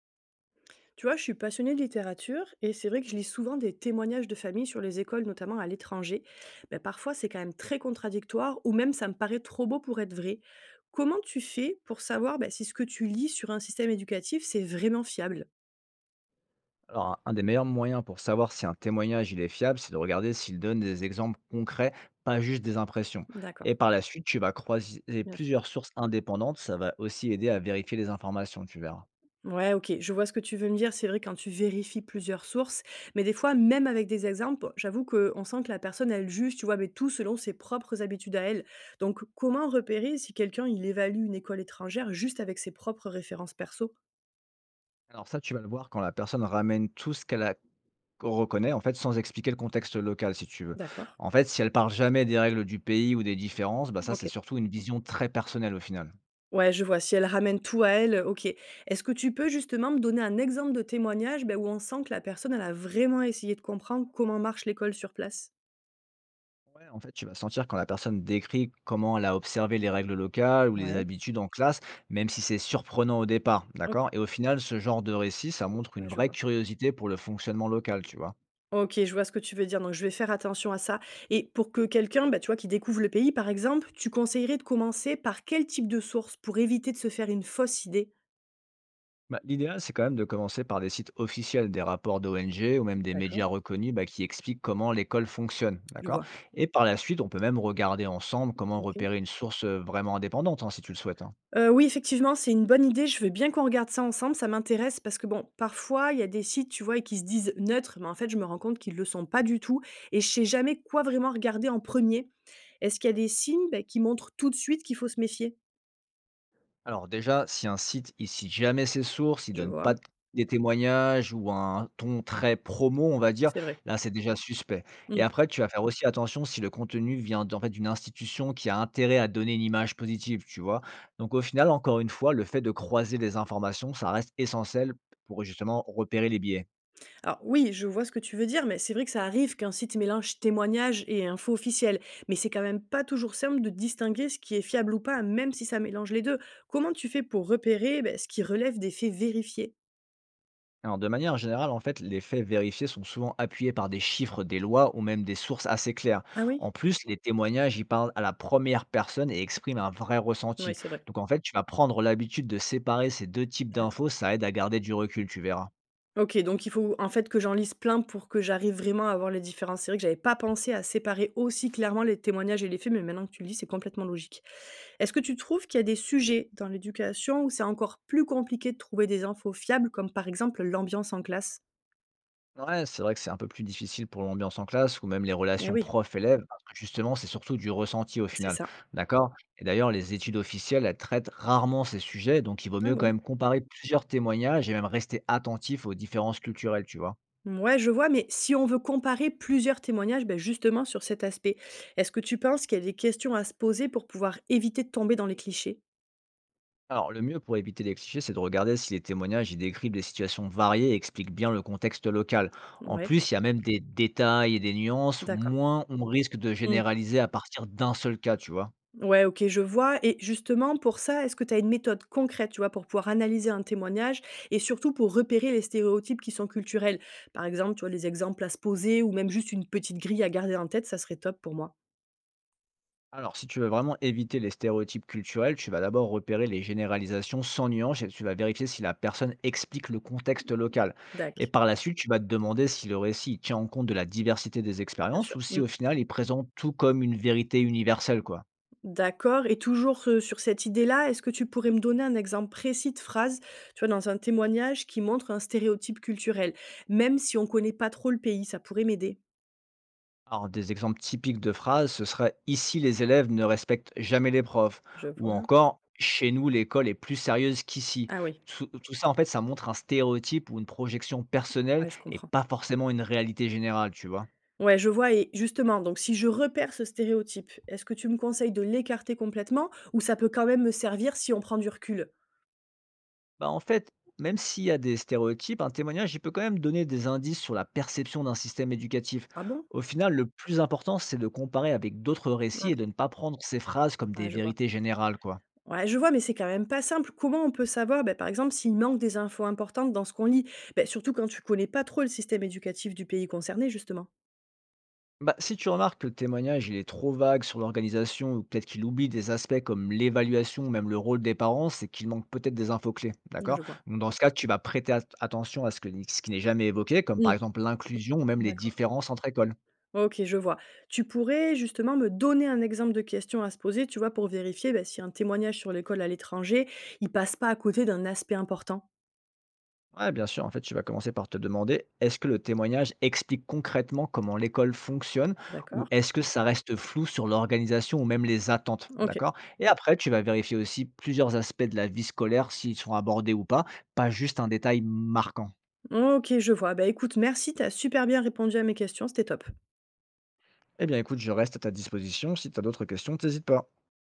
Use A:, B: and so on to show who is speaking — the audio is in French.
A: Tu vois, je suis passionnée de littérature et c'est vrai que je lis souvent des témoignages de familles sur les écoles, notamment à l'étranger. Mais parfois, c'est quand même très contradictoire ou même ça me paraît trop beau pour être vrai. Comment tu fais pour savoir ben, si ce que tu lis sur un système éducatif, c'est vraiment fiable?
B: Alors, un des meilleurs moyens pour savoir si un témoignage il est fiable, c'est de regarder s'il donne des exemples concrets, pas juste des impressions. Et
A: D'accord.
B: par la suite, tu vas croiser
A: Bien.
B: plusieurs sources indépendantes, ça va aussi aider à vérifier les informations, tu verras.
A: Ouais, OK, je vois ce que tu veux me dire. C'est vrai, quand tu vérifies plusieurs sources, mais des fois, même avec des exemples, j'avoue qu'on sent que la personne, elle juge, tu vois, mais tout selon ses propres habitudes à elle. Donc, comment repérer si quelqu'un, il évalue une école étrangère juste avec ses propres références perso?
B: Alors ça, tu vas le voir quand la personne ramène tout ce reconnaît, en fait, sans expliquer le contexte local, si tu veux.
A: D'accord.
B: En fait, si elle parle jamais des règles du pays ou des différences, bah ça, c'est
A: OK.
B: surtout une vision très personnelle au final.
A: Ouais, je vois. Si elle ramène tout à elle, OK. Est-ce que tu peux justement me donner un exemple de témoignage, ben, où on sent que la personne, elle a vraiment essayé de comprendre comment marche l'école sur place?
B: Ouais, en fait, tu vas sentir quand la personne décrit comment elle a observé les règles locales ou les
A: Ouais.
B: habitudes en classe, même si c'est surprenant au départ,
A: OK.
B: d'accord? Et au final, ce genre de récit, ça montre une
A: Ouais, je
B: vraie
A: vois.
B: curiosité pour le fonctionnement local, tu vois.
A: OK, je vois ce que tu veux dire, donc je vais faire attention à ça, et pour que quelqu'un, bah, tu vois, qui découvre le pays, par exemple, tu conseillerais de commencer par quel type de source pour éviter de se faire une fausse idée?
B: Bah, l'idéal, c'est quand même de commencer par des sites officiels, des rapports d'ONG ou même des
A: D'accord.
B: médias reconnus bah, qui expliquent comment l'école fonctionne,
A: Je
B: d'accord?
A: vois.
B: Et par la suite, on peut même regarder ensemble comment
A: OK.
B: repérer une source vraiment indépendante, hein, si tu le souhaites. Hein.
A: Oui, effectivement, c'est une bonne idée. Je veux bien qu'on regarde ça ensemble, ça m'intéresse parce que bon, parfois, il y a des sites, tu vois, et qui se disent neutres, mais en fait, je me rends compte qu'ils ne le sont pas du tout et je sais jamais quoi vraiment regarder en premier. Est-ce qu'il y a des signes, bah, qui montrent tout de suite qu'il faut se méfier?
B: Alors déjà, si un site, il cite jamais ses sources, il
A: Je
B: donne pas
A: vois,
B: d des témoignages ou un ton très promo, on va dire,
A: c'est vrai.
B: là, c'est déjà suspect. Et après, tu vas faire aussi attention si le contenu vient d'une institution qui a intérêt à donner une image positive, tu vois? Donc au final, encore une fois, le fait de croiser les informations, ça reste essentiel pour justement repérer les biais.
A: Alors oui, je vois ce que tu veux dire, mais c'est vrai que ça arrive qu'un site mélange témoignages et infos officielles. Mais c'est quand même pas toujours simple de distinguer ce qui est fiable ou pas, même si ça mélange les deux. Comment tu fais pour repérer ben, ce qui relève des faits vérifiés?
B: Alors, de manière générale, en fait, les faits vérifiés sont souvent appuyés par des chiffres, des lois ou même des sources assez claires.
A: Ah oui.
B: En plus, les témoignages y parlent à la première personne et expriment un vrai
A: Oui,
B: ressenti.
A: c'est vrai.
B: Donc, en fait, tu vas prendre l'habitude de séparer ces deux types
A: D'accord.
B: d'infos, ça aide à garder du recul, tu verras.
A: Ok, donc il faut en fait que j'en lise plein pour que j'arrive vraiment à voir les différences. C'est vrai que j'avais pas pensé à séparer aussi clairement les témoignages et les faits, mais maintenant que tu le dis, c'est complètement logique. Est-ce que tu trouves qu'il y a des sujets dans l'éducation où c'est encore plus compliqué de trouver des infos fiables, comme par exemple l'ambiance en classe?
B: Ouais, c'est vrai que c'est un peu plus difficile pour l'ambiance en classe ou même les
A: Eh
B: relations
A: oui,
B: prof-élève, parce que justement, c'est surtout du ressenti au
A: c'est
B: final.
A: ça.
B: D'accord? Et d'ailleurs, les études officielles, elles traitent rarement ces sujets, donc il vaut
A: Ah
B: mieux quand
A: bon?
B: même comparer plusieurs témoignages et même rester attentif aux différences culturelles, tu vois.
A: Mmh. Ouais, je vois, mais si on veut comparer plusieurs témoignages, ben justement sur cet aspect, est-ce que tu penses qu'il y a des questions à se poser pour pouvoir éviter de tomber dans les clichés?
B: Alors, le mieux pour éviter les clichés, c'est de regarder si les témoignages y décrivent des situations variées et expliquent bien le contexte local. En
A: Ouais,
B: plus, il y a même des détails et des nuances,
A: d'accord.
B: moins on risque de
A: Mmh.
B: généraliser à partir d'un seul cas, tu vois.
A: Ouais, OK, je vois, et justement pour ça, est-ce que tu as une méthode concrète, tu vois, pour pouvoir analyser un témoignage et surtout pour repérer les stéréotypes qui sont culturels? Par exemple, tu vois, les exemples à se poser ou même juste une petite grille à garder en tête, ça serait top pour moi.
B: Alors, si tu veux vraiment éviter les stéréotypes culturels, tu vas d'abord repérer les généralisations sans nuance et tu vas vérifier si la personne explique le contexte local.
A: Dac,
B: Et par la suite, tu vas te demander si le récit tient en compte de la diversité des
A: bien
B: expériences
A: sûr.
B: ou si
A: Mmh.
B: au final il présente tout comme une vérité universelle, quoi.
A: D'accord. Et toujours, sur cette idée-là, est-ce que tu pourrais me donner un exemple précis de phrase, tu vois, dans un témoignage qui montre un stéréotype culturel? Même si on connaît pas trop le pays, ça pourrait m'aider.
B: Alors, des exemples typiques de phrases, ce serait «Ici, les élèves ne respectent jamais les profs»
A: Je
B: ou
A: vois.
B: encore «Chez nous, l'école est plus sérieuse qu'ici».
A: Ah oui,
B: Tout ça, en fait, ça montre un stéréotype ou une projection personnelle
A: ouais, je
B: et
A: comprends.
B: pas forcément une réalité générale, tu vois.
A: Ouais, je vois, et justement, donc si je repère ce stéréotype, est-ce que tu me conseilles de l'écarter complètement ou ça peut quand même me servir si on prend du recul?
B: Bah, en fait, même s'il y a des stéréotypes, un témoignage, il peut quand même donner des indices sur la perception d'un système éducatif.
A: Ah bon?
B: Au final, le plus important, c'est de comparer avec d'autres récits et
A: OK,
B: de ne pas prendre ces phrases comme des
A: ouais, je vois.
B: vérités générales, quoi.
A: Ouais, je vois, mais c'est quand même pas simple. Comment on peut savoir, ben par exemple, s'il manque des infos importantes dans ce qu'on lit? Ben surtout quand tu connais pas trop le système éducatif du pays concerné, justement.
B: Bah, si tu remarques que le témoignage il est trop vague sur l'organisation ou peut-être qu'il oublie des aspects comme l'évaluation ou même le rôle des parents, c'est qu'il manque peut-être des infos clés,
A: Là, je
B: d'accord?
A: vois.
B: Donc dans ce cas, tu vas prêter attention à ce ce qui n'est jamais évoqué, comme par
A: Mmh,
B: exemple l'inclusion ou même les
A: d'accord.
B: différences entre écoles.
A: Ok, je vois. Tu pourrais justement me donner un exemple de question à se poser, tu vois, pour vérifier ben si un témoignage sur l'école à l'étranger, il passe pas à côté d'un aspect important?
B: Ouais, bien sûr. En fait, tu vas commencer par te demander, est-ce que le témoignage explique concrètement comment l'école fonctionne ou
A: D'accord.
B: est-ce que ça reste flou sur l'organisation ou même les attentes,
A: Ok.
B: d'accord? Et après, tu vas vérifier aussi plusieurs aspects de la vie scolaire, s'ils sont abordés ou pas, pas juste un détail marquant.
A: Ok, je vois. Ben écoute, merci, t'as super bien répondu à mes questions, c'était top.
B: Eh bien, écoute, je reste à ta disposition. Si tu as d'autres questions, n'hésite pas.